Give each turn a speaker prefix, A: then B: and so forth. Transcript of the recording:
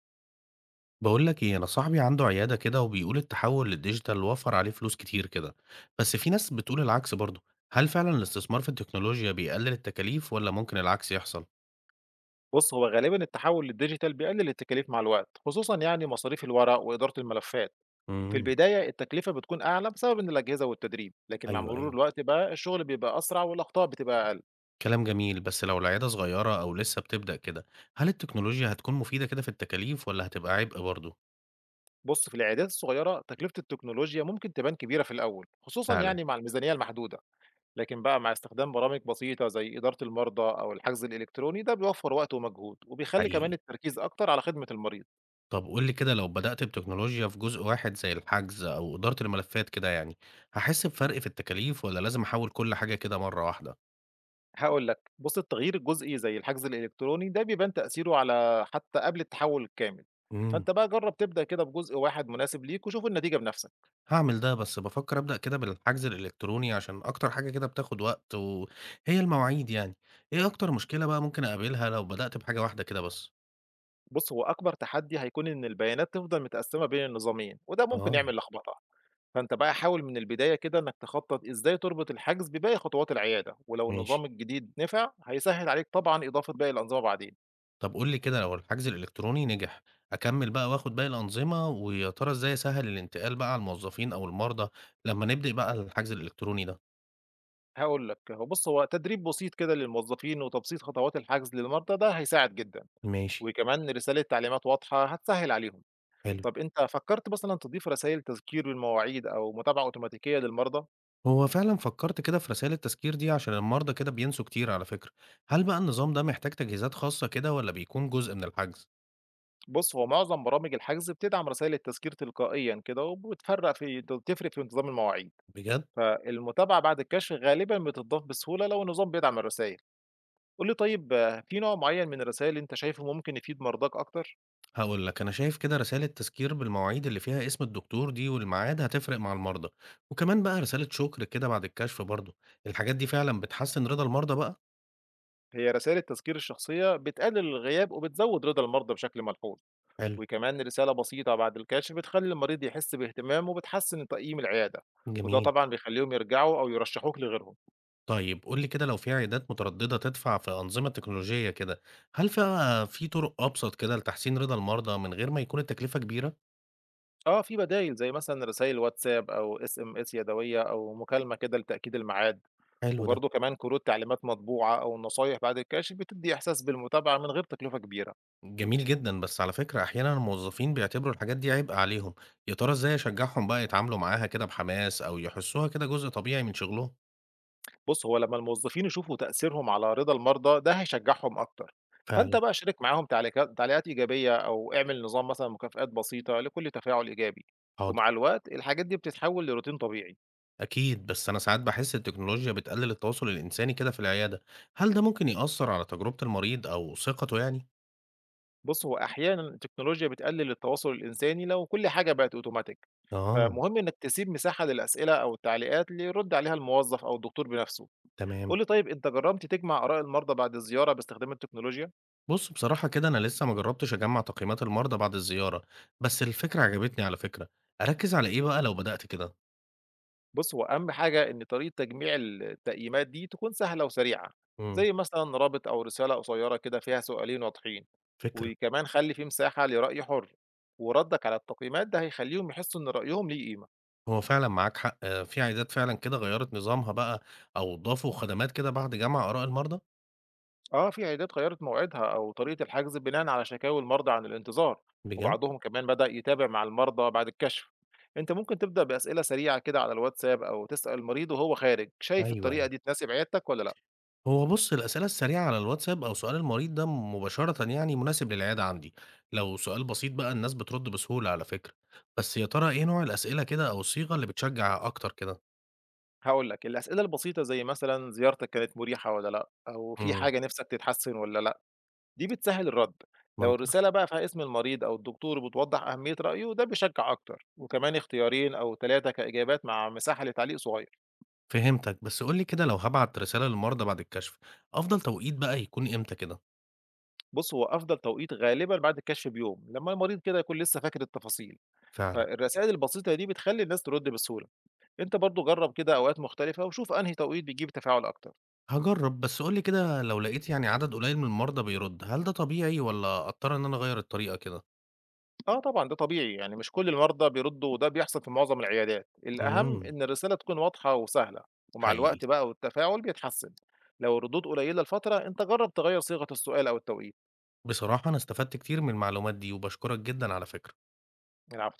A: بقول لك ايه، انا صاحبي عنده عياده كده وبيقول التحول للديجيتال وفر عليه فلوس كتير كده. بس في ناس بتقول العكس برضه. هل فعلا الاستثمار في التكنولوجيا بيقلل التكاليف ولا ممكن العكس يحصل؟
B: بُص، هو غالبًا التحول للديجيتال بيقلل التكاليف مع الوقت، خصوصًا يعني مصاريف الورق وإدارة الملفات. في
A: امم.
B: البداية التكلفة بتكون أعلى بسبب إن الأجهزة والتدريب، لكن مع
A: ايوه
B: مرور
A: ايوه.
B: الوقت بقى الشغل بيبقى أسرع والأخطاء بتبقى أقل.
A: كلام جميل، بس لو العياده صغيره او لسه بتبدأ كده، هل التكنولوجيا هتكون مفيده كده في التكاليف ولا هتبقى عبء برضه؟
B: بُص، في العيادات الصغيرة تكلفة التكنولوجيا ممكن تبان كبيرة في الأول، خصوصًا
A: فعلا.
B: يعني مع الميزانية المحدودة، لكن بقى مع استخدام برامج بسيطة زي إدارة المرضى أو الحجز الإلكتروني، ده بيوفر وقت ومجهود، وبيخلي كمان
A: حقيقي.
B: التركيز أكتر على خدمة المريض.
A: طب قول لي كده، لو بدأت بتكنولوجيا في جزء واحد زي الحجز او إدارة الملفات كده يعني، هحس بفرق في التكاليف ولا لازم احول كل حاجة كده مرة واحدة؟
B: هاقول لك، بُص التغيير الجزئي زي الحجز الإلكتروني ده بيبان تأثيره على حتى قبل التحول الكامل، فأنت بقى جرّب تبدأ كده بجزء واحد مناسب ليك وشوف النتيجة بنفسك،
A: هاعمل ده، بس بافكّر أبدأ كده بالحجز الإلكتروني عشان أكتر حاجة كده بتاخد وقت وهي المواعيد يعني، إيه أكتر مشكلة بقى ممكن أقابلها لو بدأت بحاجة واحدة كده بس؟
B: بُص هو أكبر تحدي هيكون إن البيانات تفضل متقسّمة بين النظامين وده ممكن
A: آه.
B: يعمل لخبطة، فأنت بقى حاول من البداية كده إنك تخطط إزاي تربط الحجز بباقي خطوات العيادة، ولو
A: ماشي.
B: النظام الجديد نفع هيسهّل عليك طبعًا إضافة باقي الأنظمة بعدين،
A: طب قُل لي كده لو الحجز الإلكتروني نجح، أكمّل بقى وآخد باقي الأنظمة، ويا ترى إزاي أسهّل الانتقال بقى على الموظفين أو المرضى لمّا نبدأ بقى الحجز الإلكتروني ده؟
B: هاقول لك بُص هو تدريب بسيط كده للموظفين وتبسيط خطوات الحجز للمرضى ده هيساعد جدًا.
A: ماشي،
B: وكمان رسالة تعليمات واضحة هتسهل عليهم.
A: حلو.
B: طب انت فكرت مثلا تضيف رسائل تذكير بالمواعيد او متابعة اوتوماتيكية للمرضى؟
A: هو فعلًا فكّرت كده في رسائل التذكير دي عشان المرضى كده بينسوا كتير على فكرة، هل بقى النظام ده محتاج تجهيزات خاصة كده والّا بيكون جزء من الحجز؟
B: بص هو معظم برامج الحجز بتدعم رسائل التذكير تلقائيا كده وبتفرق في انتظام المواعيد.
A: بجد؟
B: فالمتابعة بعد الكشف غالبا بتضاف بسهولة لو النظام بيدعم الرسائل. قول لي طيب آه، في نوع معين من الرسائل انت شايفه ممكن يفيد مرضاك اكتر؟
A: هاقول لك، أنا شايف كده رسالة تذكير بالمواعيد اللي فيها اسم الدكتور دي والميعاد هتفرق مع المرضى، وكمان بقى رسالة شكر كده بعد الكشف برضه، الحاجات دي فعلًا بتحسّن رضا المرضى بقى؟
B: هي رسائل التذكير الشخصية بتقلل الغياب وبتزود رضا المرضى بشكل ملحوظ.
A: حلو،
B: وكمان رسالة بسيطة بعد الكشف بتخلي المريض يحس باهتمام وبتحسن من تقييم العيادة. وده
A: جميل.
B: طبعا بيخليهم يرجعوا أو يرشحوك لغيرهم.
A: طيب قُل لي كده لو في عيادات مترددة تدفع في أنظمة تكنولوجية كده، هل بقى في طرق أبسط كده لتحسين رضا المرضى من غير ما يكون التكلفة كبيرة؟
B: اه في بدايل زي مثلا رسائل واتساب أو اس ام اس يدوية أو مكالمة كده لتأكيد الميعاد.
A: حلو ده،
B: وبرضه كمان كروت تعليمات مطبوعة أو نصايح بعد الكشف بتدي إحساس بالمتابعة من غير تكلفة كبيرة.
A: جميل جدًا، بس على فكرة أحيانًا الموظفين بيعتبروا الحاجات دي عبء عليهم، يا ترى إزاي أشجعهم بقى يتعاملوا معاها كده بحماس أو يحسوها كده جزء طبيعي من شغلهم؟
B: بُص، هو لمّا الموظفين يشوفوا تأثيرهم على رضا المرضى، ده هيشجّعهم أكتر. فأنت
A: فعلًا.
B: بقى شارك معاهم تعليقات إيجابية أو اعمل نظام مثلًا مكافآت بسيطة لكل تفاعل إيجابي،
A: حاضر،
B: ومع الوقت الحاجات دي بتتحوّل لروتين طبيعي.
A: أكيد، بس أنا ساعات باحس التكنولوجيا بتقلل التواصل الإنساني كده في العيادة، هل ده ممكن يأثّر على تجربة المريض أو ثقته يعني؟
B: بُص، هو أحيانًا التكنولوجيا بتقلل التواصل الإنساني لو كل حاجة بقت أوتوماتيك،
A: آه،
B: فمهم إنّك تسيب مساحة للأسئلة أو التعليقات اللي يرُد عليها الموظف أو الدكتور بنفسه. قُل
A: تمام.
B: لي طيب أنت جرّبت تجمع آراء المرضى بعد الزيارة باستخدام التكنولوجيا؟
A: بُص بصراحة كده أنا لسه ما جرّبتش أجمّع تقييمات المرضى بعد الزيارة، بس الفكرة عجبتني على فكرة، أركّز على إيه بقى لو بدأت كده؟
B: بُص، هو أهم حاجة إن طريقة تجميع التقييمات دي تكون سهلة وسريعة،
A: إمم،
B: زي مثلًا رابط أو رسالة قصيرة كده فيها سؤالين واضحين،
A: فكرة،
B: وكمان خلّي في مساحة لرأي حُر، وردك على التقييمات ده هيخلّيهم يحسّوا إن رأيهم ليه قيمة.
A: هو فعلًا معاك حق، آه، في عيادات فعلًا كده غيّرت نظامها بقى أو ضافوا خدمات كده بعد جمع آراء المرضى؟
B: آه، في عيادات غيّرت موعدها أو طريقة الحجز بناءً على شكاوي المرضى عن الانتظار،
A: بجد؟
B: وبعضهم كمان بدأ يتابع مع المرضى بعد الكشف. أنت ممكن تبدأ بأسئلة سريعة كده على الواتساب أو تسأل المريض وهو خارج، شايف
A: أيوه،
B: الطريقة
A: أيوه.
B: دي تناسب عيادتك والّا لأ؟
A: هو بُص، الأسئلة السريعة على الواتساب أو سؤال المريض ده مباشرة يعني مناسب للعيادة عندي، لو سؤال بسيط بقى الناس بترد بسهولة على فكرة، بس يا ترى إيه نوع الأسئلة كده أو الصيغة اللي بتشجع أكتر كده؟
B: هاقول لك، الأسئلة البسيطة زي مثلًا زيارتك كانت مريحة والّا لأ، أو في
A: إمم،
B: حاجة نِفْسك تتحسن والّا لأ، دي بتسهّل الرد. لو
A: منطقي،
B: الرسالة بقى فيها اسم المريض أو الدكتور وبتوضّح أهمية رأيه، ده بيشجّع أكتر، وكمان اختيارين أو 3 كإجابات مع مساحة لتعليق صغير.
A: فهمتك، بس قُل لي كده لو هابعت رسالة للمرضى بعد الكشف، أفضل توقيت بقى يكون إمتى كده؟
B: بُص، هو أفضل توقيت غالبًا بعد الكشف بيوم، لمّا المريض كده يكون لسه فاكر التفاصيل،
A: فعلًا،
B: فالرسائل البسيطة دي بتخلّي الناس ترد بسهولة. أنت برضه جرّب كده أوقات مختلفة وشوف أنهي توقيت بيجيب تفاعل أكتر.
A: هاجرب، بس قُل لي كده لو لقيت يعني عدد قليل من المرضى بيرد، هل ده طبيعي والّا أضطر إن أنا أغير الطريقة كده؟
B: آه طبعًا، ده طبيعي، يعني مش كل المرضى بيردّوا وده بيحصل في معظم العيادات، الأهم
A: إمم،
B: إن الرسالة تكون واضحة وسهلة، ومع
A: حقيقي،
B: الوقت بقى والتفاعل بيتحسّن، لو الردود قليلة لفترة أنت جرّب تغيّر صيغة السؤال أو التوقيت.
A: بصراحة أنا استفدت كتير من المعلومات دي وباشكرك جدًا على فكرة.
B: العفو.